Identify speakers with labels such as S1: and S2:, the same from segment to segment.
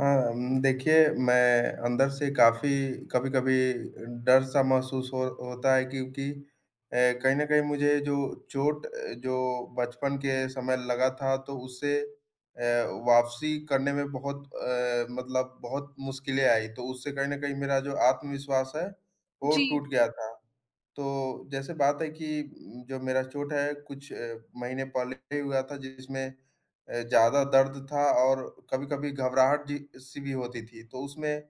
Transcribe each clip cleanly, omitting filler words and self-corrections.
S1: हाँ, देखिए मैं अंदर से काफ़ी कभी-कभी डर-सा महसूस हो होता है क्योंकि कहीं न कहीं मुझे जो चोट जो बचपन के समय लगा था तो उससे वापसी करने में बहुत अ, मतलब बहुत मुश्किलें आई। तो उससे कहीं न कहीं मेरा जो आत्मविश्वास है वो
S2: जी।
S1: टूट गया था। तो जैसे बात है कि जो मेरा चोट है कुछ महीने पहले ही हुआ था जिसमें ज़्यादा दर्द था और कभी-कभी घबराहट जी सी भी होती थी। तो उसमें अ,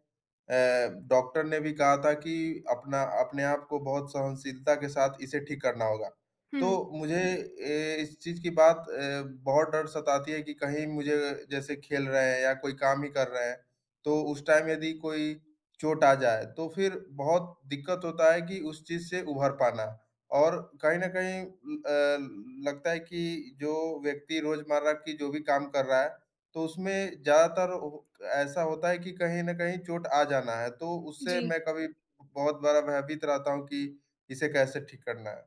S1: डॉक्टर ने भी कहा था कि अपना अपने आप को बहुत सहनशीलता के साथ इसे ठीक करना होगा। तो
S2: हुँ।
S1: मुझे इस चीज़ की बात बहुत डर सताती है कि कहीं मुझे जैसे खेल रहे हैं या कोई काम ही कर रहे हैं, तो उस टाइम यदि कोई चोट आ जाए, तो फिर बहुत दिक्कत होता है कि उस चीज़ से उभर पाना। और कहीं न कहीं लगता है कि जो व्यक्ति रोज़मर्रा की जो भी काम कर रहा है, तो उसमें ज़्यादातर ओ ऐसा होता है कि कहीं न कहीं चोट आ जाना है, तो उससे
S2: जी।
S1: मैं कभी बहुत बड़ा भयभीत रहता हूँ कि इसे कैसे ठीक करना है।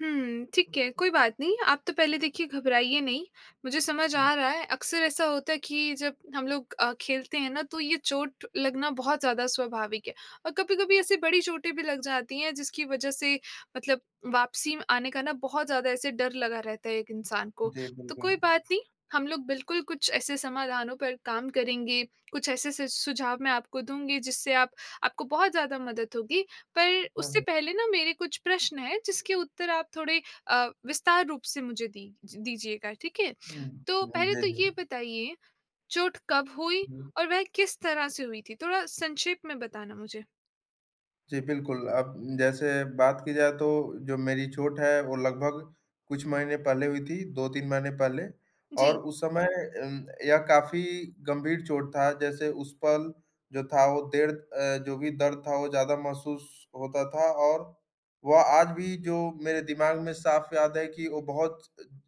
S2: हुँ। ठीक है, कोई बात नहीं। आप तो पहले देखिए घबराइए नहीं, मुझे समझ आ रहा है। अक्सर ऐसा होता है कि जब हम लोग खेलते हैं ना, तो ये चोट लगना बहुत ज़्यादा स्वाभाविक है और कभी-कभी ऐसी बड़ी चोटें भी लग जाती हैं, जिसकी वजह से मतलब वापसी में आने का ना बहुत ज़्यादा ऐसे डर लगा रहता है एक इंसान को।
S1: जी,
S2: तो
S1: बिल्कुल।
S2: कोई बात नहीं, हम लोग बिल्कुल कुछ ऐसे समाधानों पर काम करेंगे, कुछ ऐसे स सुझाव मैं आपको दूँगी, जिससे आप आपको बहुत ज़्यादा मदद होगी। पर
S1: हाँ,
S2: उससे
S1: हाँ।
S2: पहले ना मेरे कुछ प्रश्न हैं जिसके उत्तर आप थोड़े विस्तार रूप से मुझे दी दीजिएगा, ठीक है?
S1: हुँ,
S2: तो
S1: हुँ,
S2: पहले
S1: जी,
S2: तो
S1: जी।
S2: ये बताइए चोट कब हुई
S1: हुँ।
S2: और वह किस तरह से हुई थी? थोड़ा संक्षेप में बताना मुझे।
S1: जी, बिल्कुल। अब जैसे बात की जाए तो जो मेरी चोट है वो लगभग कुछ महीने पहले हुई थी, 2-3 महीने पहले और
S2: जी।
S1: उस समय यह काफ़ी गंभीर चोट था। जैसे उस पल जो था वो जो भी दर्द था वो ज़्यादा महसूस होता था और वह आज भी जो मेरे दिमाग में साफ याद है कि वो बहुत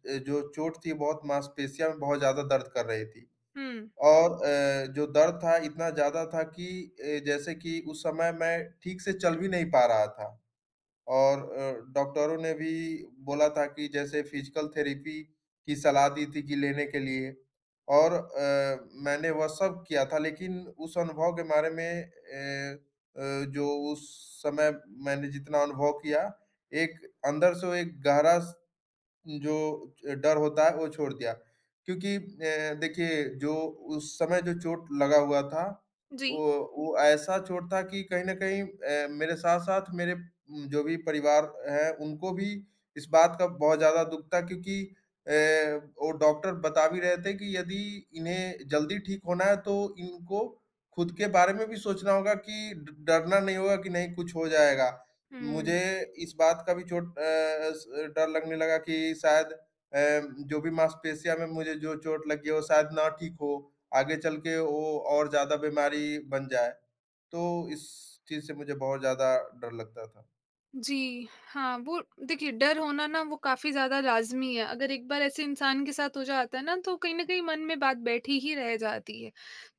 S1: अ, जो चोट थी बहुत मांसपेशियाँ में बहुत ज़्यादा दर्द कर रही थी।
S2: हुँ।
S1: और जो दर्द था इतना ज़्यादा था कि जैसे कि उस समय मैं ठीक से चल भी नहीं पा रहा था और डॉक्टरों ने भी बोला था कि जैसे फिजिकल थेरेपी की सलाह दी थी कि लेने के लिए और मैंने वह सब किया था लेकिन उस अनुभव के बारे में जो उस समय मैंने जितना अनुभव किया, एक अंदर से वो एक गहरा जो डर होता है वो छोड़ दिया। क्योंकि देखिए जो उस समय जो चोट लगा हुआ था,
S2: जी।
S1: वो वो ऐसा चोट था कि कहीं न कहीं मेरे साथ-साथ मेरे जो भी परिवार है उनको भी इस बात का बहुत ज़्यादा दुःख था क्योंकि अ, वो डॉक्टर बता भी रहे थे कि यदि इन्हें जल्दी ठीक होना है तो इनको खुद के बारे में भी सोचना होगा कि ड डरना नहीं होगा कि नहीं कुछ हो जाएगा। मुझे
S2: हुँ।
S1: इस बात का भी चोट अ, स डर लगने लगा कि शायद जो भी मांसपेशियाँ में मुझे जो चोट लगी है, वो शायद ना ठीक हो, आगे चल के वो और ज़्यादा बीमारी बन जाए। तो इस चीज़ से मुझे बहुत ज़्यादा डर लगता था।
S2: जी, हाँ, वो देखिए डर होना ना वो काफ़ी ज़्यादा लाज़मी है। अगर एक बार ऐसे इंसान के साथ हो जाता है ना तो कहीं न कहीं मन में बात बैठी ही रह जाती है।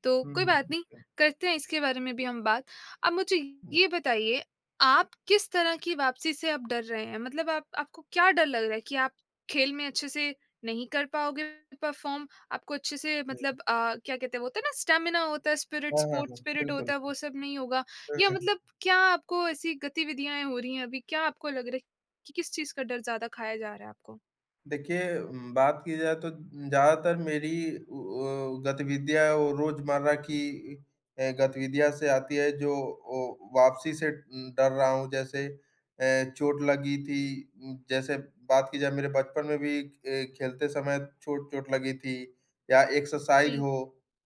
S2: तो
S1: हुँ,
S2: कोई
S1: हुँ।
S2: बात नहीं,
S1: बिल्कुल,
S2: करते हैं इसके बारे में भी हम बात। अब मुझे ये बताइए आप किस तरह की वापसी से आप डर रहे हैं? मतलब आप आपको क्या डर लग रहा है कि आप खेल में अच्छे से नहीं कर पाओगे परफ़ॉर्म? आपको अच्छे से
S1: हुँ, हुँ।
S2: मतलब क्या कहते हैं वो होता है ना स्टैमिना होता है, स्पिरिट
S1: हाँ, हाँ, हाँ,
S2: स्पोर्ट्स स्पिरिट
S1: बिल्कुल।
S2: होता है वो सब नहीं होगा
S1: हुँ,
S2: या
S1: हुँ।
S2: मतलब क्या आपको ऐसी गतिविधियाँ हो रही हैं अभी, क्या आपको लग रहा है कि किस चीज़ का डर ज़्यादा खाया जा रहा है आपको?
S1: देखिए बात की जाए तो ज़्यादातर मेरी गतिविधियाँ वो रोज़मर्रा की गतिविधियाँ से आती है जो ओ वापसी से डर रहा हूँ जैसे चोट लगी थी जैसे बात की जाए मेरे बचपन में भी खेलते समय चोट चोट लगी थी या
S2: जी।
S1: एक्सरसाइज़ हो,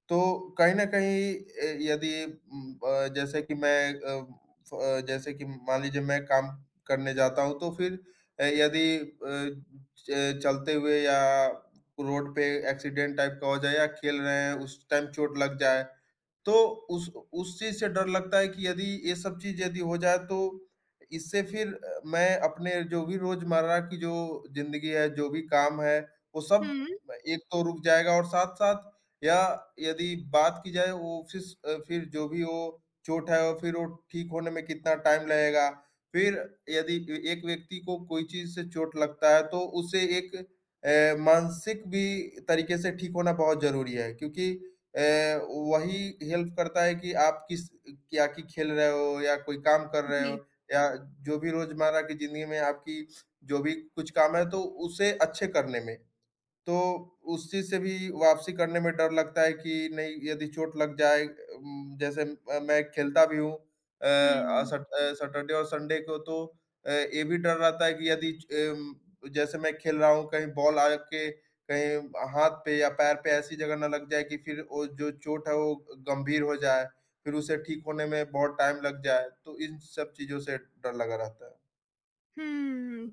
S1: तो कहीं न कहीं यदि उम, ब जैसे कि मैं अ, फ अ, जैसे कि मान लीजिए मैं काम करने जाता हूँ तो फिर यदि अ च चलते हुए या रोड पे एक्सीडेंट टाइप का हो जाए या खेल रहे हैं उस टाइम चोट लग जाए। तो उस उस चीज़ से डर लगता है कि यदि ये सब चीज़ यदि हो जाए तो इससे फिर मैं अपने जो भी रोज़मर्रा की जो ज़िंदगी है, जो भी काम है, वो सब
S2: हुँ,
S1: एक तो रुक जाएगा और साथ-साथ या यदि बात की जाए वो फिर जो भी वो चोट है और फिर वो ठीक होने में कितना टाइम लगेगा। फिर यदि ए एक व्यक्ति को कोई चीज़ से चोट लगता है तो उसे एक मानसिक भी तरीके से ठीक होना बहुत ज़रूरी है क्योंकि अ, वही हेल्प करता है कि आप किस क्या कि खेल रहे हो या कोई काम कर रहे हो
S2: जी।
S1: या जो भी रोज़मर्रा की ज़िंदगी में आपकी जो भी कुछ काम है तो उसे अच्छे करने में। तो उस चीज़ से भी वापसी करने में डर लगता है कि नहीं यदि चोट लग जाए उम, जैसे म मैं खेलता भी हूँ
S2: हुँ।
S1: सैटरडे और संडे को तो ये भी डर रहता है कि यदि जैसे मैं खेल रहा हूँ कहीं बॉल आके कहीं हाथ पे या पैर पे ऐसी जगह ना लग जाए कि फिर वो जो चोट है वो गंभीर हो जाए, फिर उसे ठीक होने में बहुत टाइम लग जाए, तो इन सब चीज़ों से डर लगा रहता है।
S2: हुँ।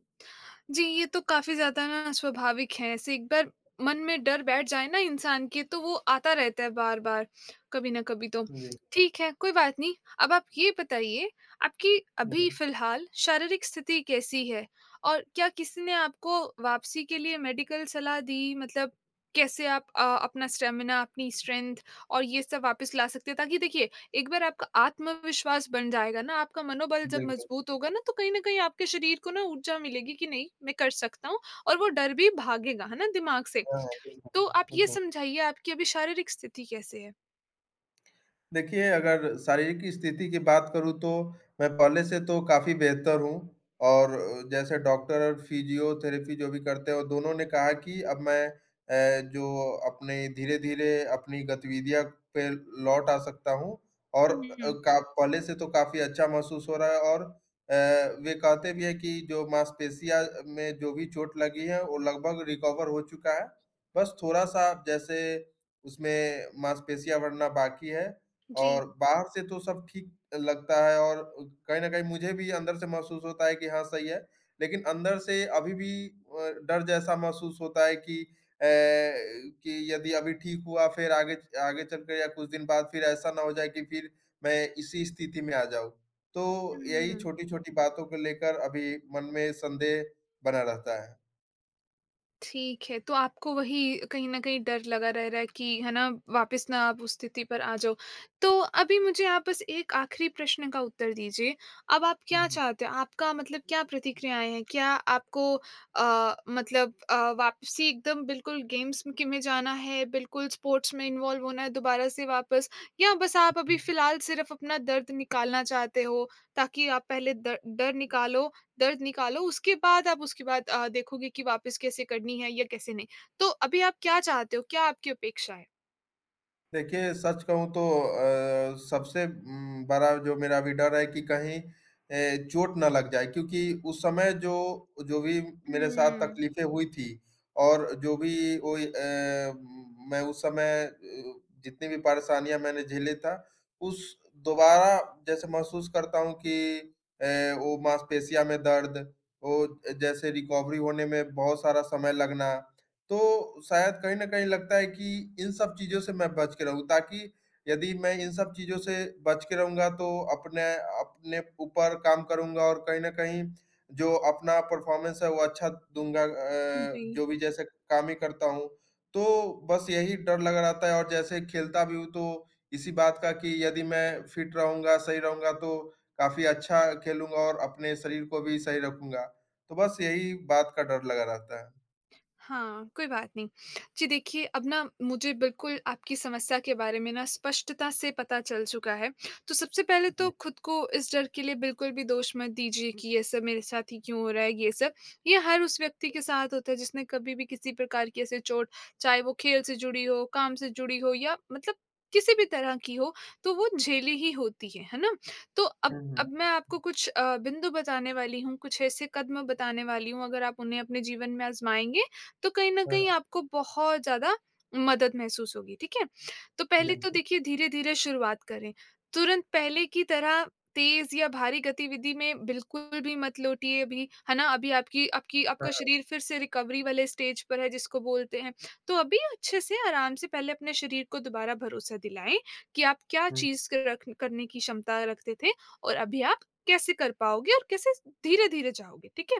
S2: जी, ये तो काफ़ी ज़्यादा ना स्वाभाविक है। ऐसे एक बार मन में डर बैठ जाए ना इंसान के तो वो आता रहता है बार-बार, कभी ना कभी तो।
S1: जी,
S2: ठीक है, कोई बात नहीं। अब आप ये बताइए आपकी
S1: जी।
S2: अभी फ़िलहाल शारीरिक स्थिति कैसी है? और क्या किसी ने आपको वापसी के लिए मेडिकल सलाह दी? मतलब कैसे आप अपना स्टेमिना, अपनी स्ट्रेंथ और ये सब वापस ला सकते हैं? ताकि देखिए एक बार आपका आत्मविश्वास बन जाएगा ना, आपका मनोबल जब
S1: बिल्कुल।
S2: मज़बूत होगा ना, तो कहीं न कहीं आपके शरीर को ना ऊर्जा मिलेगी कि नहीं मैं कर सकता हूँ और वो डर भी भागेगा, है ना, दिमाग से।
S1: हाँ, हाँ, बिल्कुल,
S2: तो आप ये
S1: बिल्कुल।
S2: समझाइए आपकी अभी शारीरिक स्थिति कैसे है?
S1: देखिए, अगर शारीरिक की स्थिति की बात करूँ तो मैं पहले से तो काफ़ी बेहतर हूँ और जैसे डॉक्टर और फिज़ियोथेरेपी जो भी करते हैं, वो दोनों ने कहा कि अब मैं जो अपने धीरे-धीरे अपनी गतिविधियाँ पे लौट आ सकता हूँ और
S2: हुँ, हुँ,
S1: अ,
S2: हुँ।
S1: का पहले से तो काफ़ी अच्छा महसूस हो रहा है और वे कहते भी हैं कि जो मांसपेशियाँ में जो भी चोट लगी है, वो लगभग रिकवर हो चुका है। बस थोड़ा-सा जैसे उसमें मांसपेशियाँ बढ़ना बाकी है
S2: जी।
S1: और बाहर से तो सब ठीक लगता है और कहीं न कहीं मुझे भी अंदर से महसूस होता है कि हाँ, सही है। लेकिन अंदर से अभी भी डर जैसा महसूस होता है कि यदि अभी ठीक हुआ फिर आगे आगे चलकर या कुछ दिन बाद फिर ऐसा ना हो जाए कि फिर मैं इसी स्थिति में आ जाऊँ। तो यही
S2: हुँ।
S1: छोटी-छोटी बातों को लेकर अभी मन में संदेह बना रहता है।
S2: ठीक है, तो आपको वही कहीं न कहीं डर लगा रह रहा है कि है ना, वापस ना आप उस स्थिति पर आ जाओ। तो अभी मुझे आप बस एक आखिरी प्रश्न का उत्तर दीजिए, अब आप
S1: हुँ,
S2: क्या
S1: हुँ,
S2: चाहते हो? आपका मतलब क्या प्रतिक्रियाएँ हैं? क्या आपको मतलब वापसी एकदम बिल्कुल गेम्स की में जाना है, बिल्कुल स्पोर्ट्स में इन्वॉल्व होना है दोबारा से वापस या बस आप अभी
S1: हुँ।
S2: फ़िलहाल सिर्फ़ अपना दर्द निकालना चाहते हो, ताकि आप पहले द डर निकालो दर्द निकालो, उसके बाद आप उसके बाद देखोगे कि वापस कैसे करनी है या कैसे नहीं। तो अभी आप क्या चाहते हो? क्या आपकी अपेक्षा है?
S1: देखिए, सच कहूँ तो सबसे बड़ा जो मेरा अभी डर है कि कहीं चोट ना लग जाए क्योंकि उस समय जो जो भी मेरे साथ
S2: हुँ,
S1: तकलीफ़ें हुई थी और जो भी वो ए, म मैं उस समय जितनी भी परेशानियाँ मैंने झेले था, उस दोबारा जैसे महसूस करता हूँ कि वो मांसपेशियाँ में दर्द, वो जैसे रिकवरी होने में बहुत सारा समय लगना तो शायद कहीं न कहीं लगता है कि इन सब चीज़ों से मैं बच के रहूँ ताकि यदि मैं इन सब चीज़ों से बच के रहूँगा तो अपने अपने ऊपर काम करूँगा और कहीं न कहीं जो अपना परफ़ॉर्मेंस है वो अच्छा दूँगा
S2: जी।
S1: जो भी जैसे काम ही करता हूँ। तो बस यही डर लगा रहता है और जैसे खेलता भी हूँ तो इसी बात का कि यदि मैं फ़िट रहूँगा, सही रहूँगा तो काफ़ी अच्छा खेलूँगा और अपने शरीर को भी सही रखूँगा। तो बस यही बात का डर लगा रहता है।
S2: हाँ, कोई बात नहीं। जी देखिए, अब ना मुझे बिल्कुल आपकी समस्या के बारे में ना स्पष्टता से पता चल चुका है। तो सबसे पहले तो
S1: जी।
S2: खुद को इस डर के लिए बिल्कुल भी दोष मत दीजिए कि ये सब मेरे साथ ही क्यों हो रहा है, ये सब। ये हर उस व्यक्ति के साथ होता है जिसने कभी भी किसी प्रकार की ऐसे चोट चाहे वो खेल से जुड़ी हो, काम से जुड़ी हो या मतलब किसी भी तरह की हो, तो वो झेली ही होती है ना? तो अब
S1: हुँ,
S2: अब
S1: हुँ।
S2: मैं आपको कुछ बिंदु बताने वाली हूँ, कुछ ऐसे कदम बताने वाली हूँ, अगर आप उन्हें अपने जीवन में आज़माएँगे तो कहीं न
S1: हाँ, हाँ,
S2: कहीं आपको बहुत ज़्यादा मदद महसूस होगी, ठीक है? तो पहले तो
S1: बिल्कुल।
S2: देखिए धीरे-धीरे शुरुआत करें। तुरंत पहले की तरह तेज़ या भारी गतिविधि में बिल्कुल भी मत लौटिए अभी, है ना? अभी आपकी आपकी
S1: हाँ,
S2: आपका
S1: हाँ।
S2: शरीर फिर से रिकवरी वाले स्टेज पर है जिसको बोलते हैं। तो अभी अच्छे से आराम से पहले अपने शरीर को दोबारा भरोसा दिलाएँ कि आप क्या
S1: हुँ,
S2: चीज़ क रख करने की क्षमता रखते थे और अभी आप कैसे कर पाओगे और कैसे धीरे-धीरे जाओगे, ठीक है?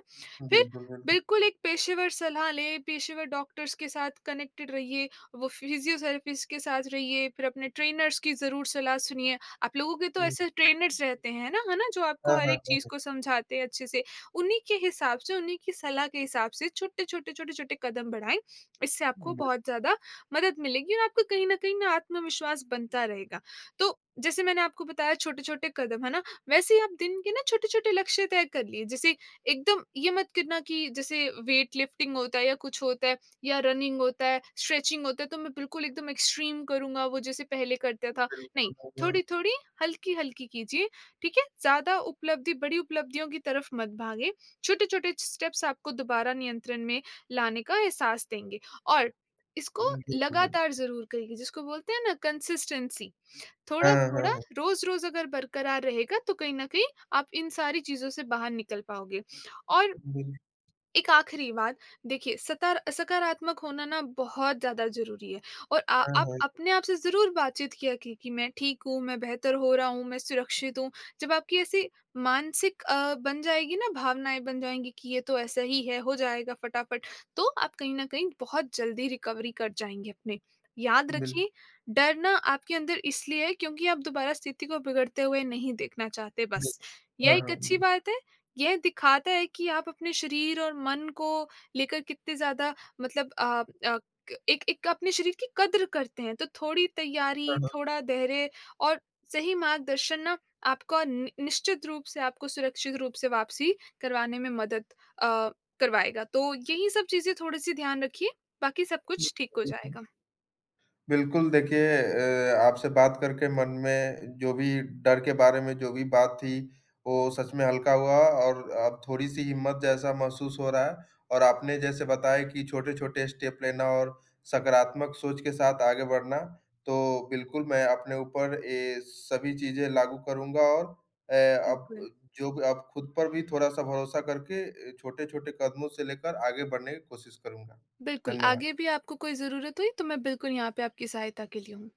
S2: फिर
S1: बिल्कुल, बिल्कुल।
S2: बिल्कुल, एक पेशेवर सलाह लें, पेशेवर डॉक्टर्स के साथ कनेक्टेड रहिए, वो फिज़ियोथेरेपिस्ट के साथ रहिए, फिर अपने ट्रेनर्स की ज़रूर सलाह सुनिए। आप लोगों के तो
S1: हुँ,
S2: ऐसे ट्रेनर्स रहते हैं ना, है ना? जो
S1: हाँ,
S2: आपको हर
S1: हाँ,
S2: एक
S1: हाँ,
S2: चीज़
S1: हाँ।
S2: को समझाते हैं अच्छे से। उन्हीं के हिसाब से, उन्हीं की सलाह के हिसाब से छोटे-छोटे, छोटे-छोटे कदम बढ़ाएँ, इससे आपको
S1: बिल्कुल, बिल्कुल,
S2: बहुत ज़्यादा मदद मिलेगी और आपका कहीं न कहीं ना आत्मविश्वास बनता रहेगा। तो जैसे मैंने आपको बताया छोटे-छोटे कदम, है ना? वैसे ही आप दिन के ना छोटे-छोटे लक्ष्य तय कर लिए, जैसे एकदम ये मत करना कि जैसे वेट लिफ्टिंग होता है या कुछ होता है या रनिंग होता है, स्ट्रेचिंग होता है तो मैं बिल्कुल एकदम एक्सट्रीम करूँगा वो जैसे पहले करता था। नहीं,
S1: हाँ, हाँ।
S2: थोड़ी-थोड़ी, हल्की-हल्की कीजिए, ठीक है? ज़्यादा उपलब्धि बड़ी उपलब्धियों की तरफ मत भागें। छोटे-छोटे स्टेप्स आपको दोबारा नियंत्रण में लाने का एहसास देंगे और इसको
S1: हुँ, बिल्कुल, बिल्कुल।
S2: लगातार ज़रूर करिए, जिसको बोलते हैं ना कंसिस्टेंसी।
S1: हाँ, हाँ,
S2: थोड़ा-थोड़ा,
S1: हाँ।
S2: रोज़-रोज़ अगर बरकरार रहेगा तो कहीं न कहीं आप इन सारी चीज़ों से बाहर निकल पाओगे और
S1: बिल
S2: एक आखिरी बात, देखिए सतर सकारात्मक होना ना बहुत ज़्यादा ज़रूरी है और आ
S1: हाँ,
S2: आप
S1: हाँ।
S2: अपने आप से ज़रूर बातचीत किया कि मैं ठीक हूँ, मैं बेहतर हो रहा हूँ, मैं सुरक्षित हूँ। जब आपकी ऐसी मानसिक बन जाएगी ना भावनाएँ बन जाएँगी कि ये तो ऐसा ही है, हो जाएगा फटाफट, तो आप कहीं न कहीं बहुत जल्दी रिकवरी कर जाएँगे अपने। याद
S1: बिल्कुल,
S2: रखिए, डर ना आपके अंदर इसलिए है क्योंकि आप दोबारा स्थिति को बिगड़ते हुए नहीं देखना चाहते बस।
S1: बिल्कुल।
S2: यह
S1: हाँ,
S2: एक
S1: हाँ,
S2: अच्छी
S1: बिल्कुल,
S2: बात है ये दिखाता है कि आप अपने शरीर और मन को लेकर कितने ज़्यादा मतलब अ, क एक एक अपने शरीर की कद्र करते हैं। तो थोड़ी
S1: हाँ,
S2: तैयारी,
S1: हाँ।
S2: थोड़ा धैर्य और सही मार्गदर्शन ना आपका नि निश्चित रूप से आपको सुरक्षित रूप से वापसी करवाने में मदद अ, करवाएगा। तो यही सब चीज़ें थोड़ी-सी ध्यान रखिए, बाकी सब कुछ ठीक
S1: बिल्कुल,
S2: हो
S1: बिल्कुल।
S2: जाएगा।
S1: बिल्कुल, देखिए आपसे बात करके मन में जो भी डर के बारे में जो भी बात थी, वो सच में हल्का हुआ और अब थोड़ी-सी हिम्मत जैसा महसूस हो रहा है और आपने जैसे बताया कि छोटे-छोटे स्टेप लेना और सकारात्मक सोच के साथ आगे बढ़ना, तो बिल्कुल मैं अपने ऊपर ये सभी चीज़ें लागू करूँगा और अ,
S2: बिल्कुल,
S1: अब जो भी अब खुद पर भी थोड़ा-सा भरोसा करके छोटे-छोटे कदमों से लेकर आगे बढ़ने की कोशिश करूँगा।
S2: बिल्कुल। आगे
S1: धन्यवाद।
S2: भी आपको कोई ज़रूरत हुई तो मैं बिल्कुल यहाँ पे आपकी सहायता के लिए हूँ।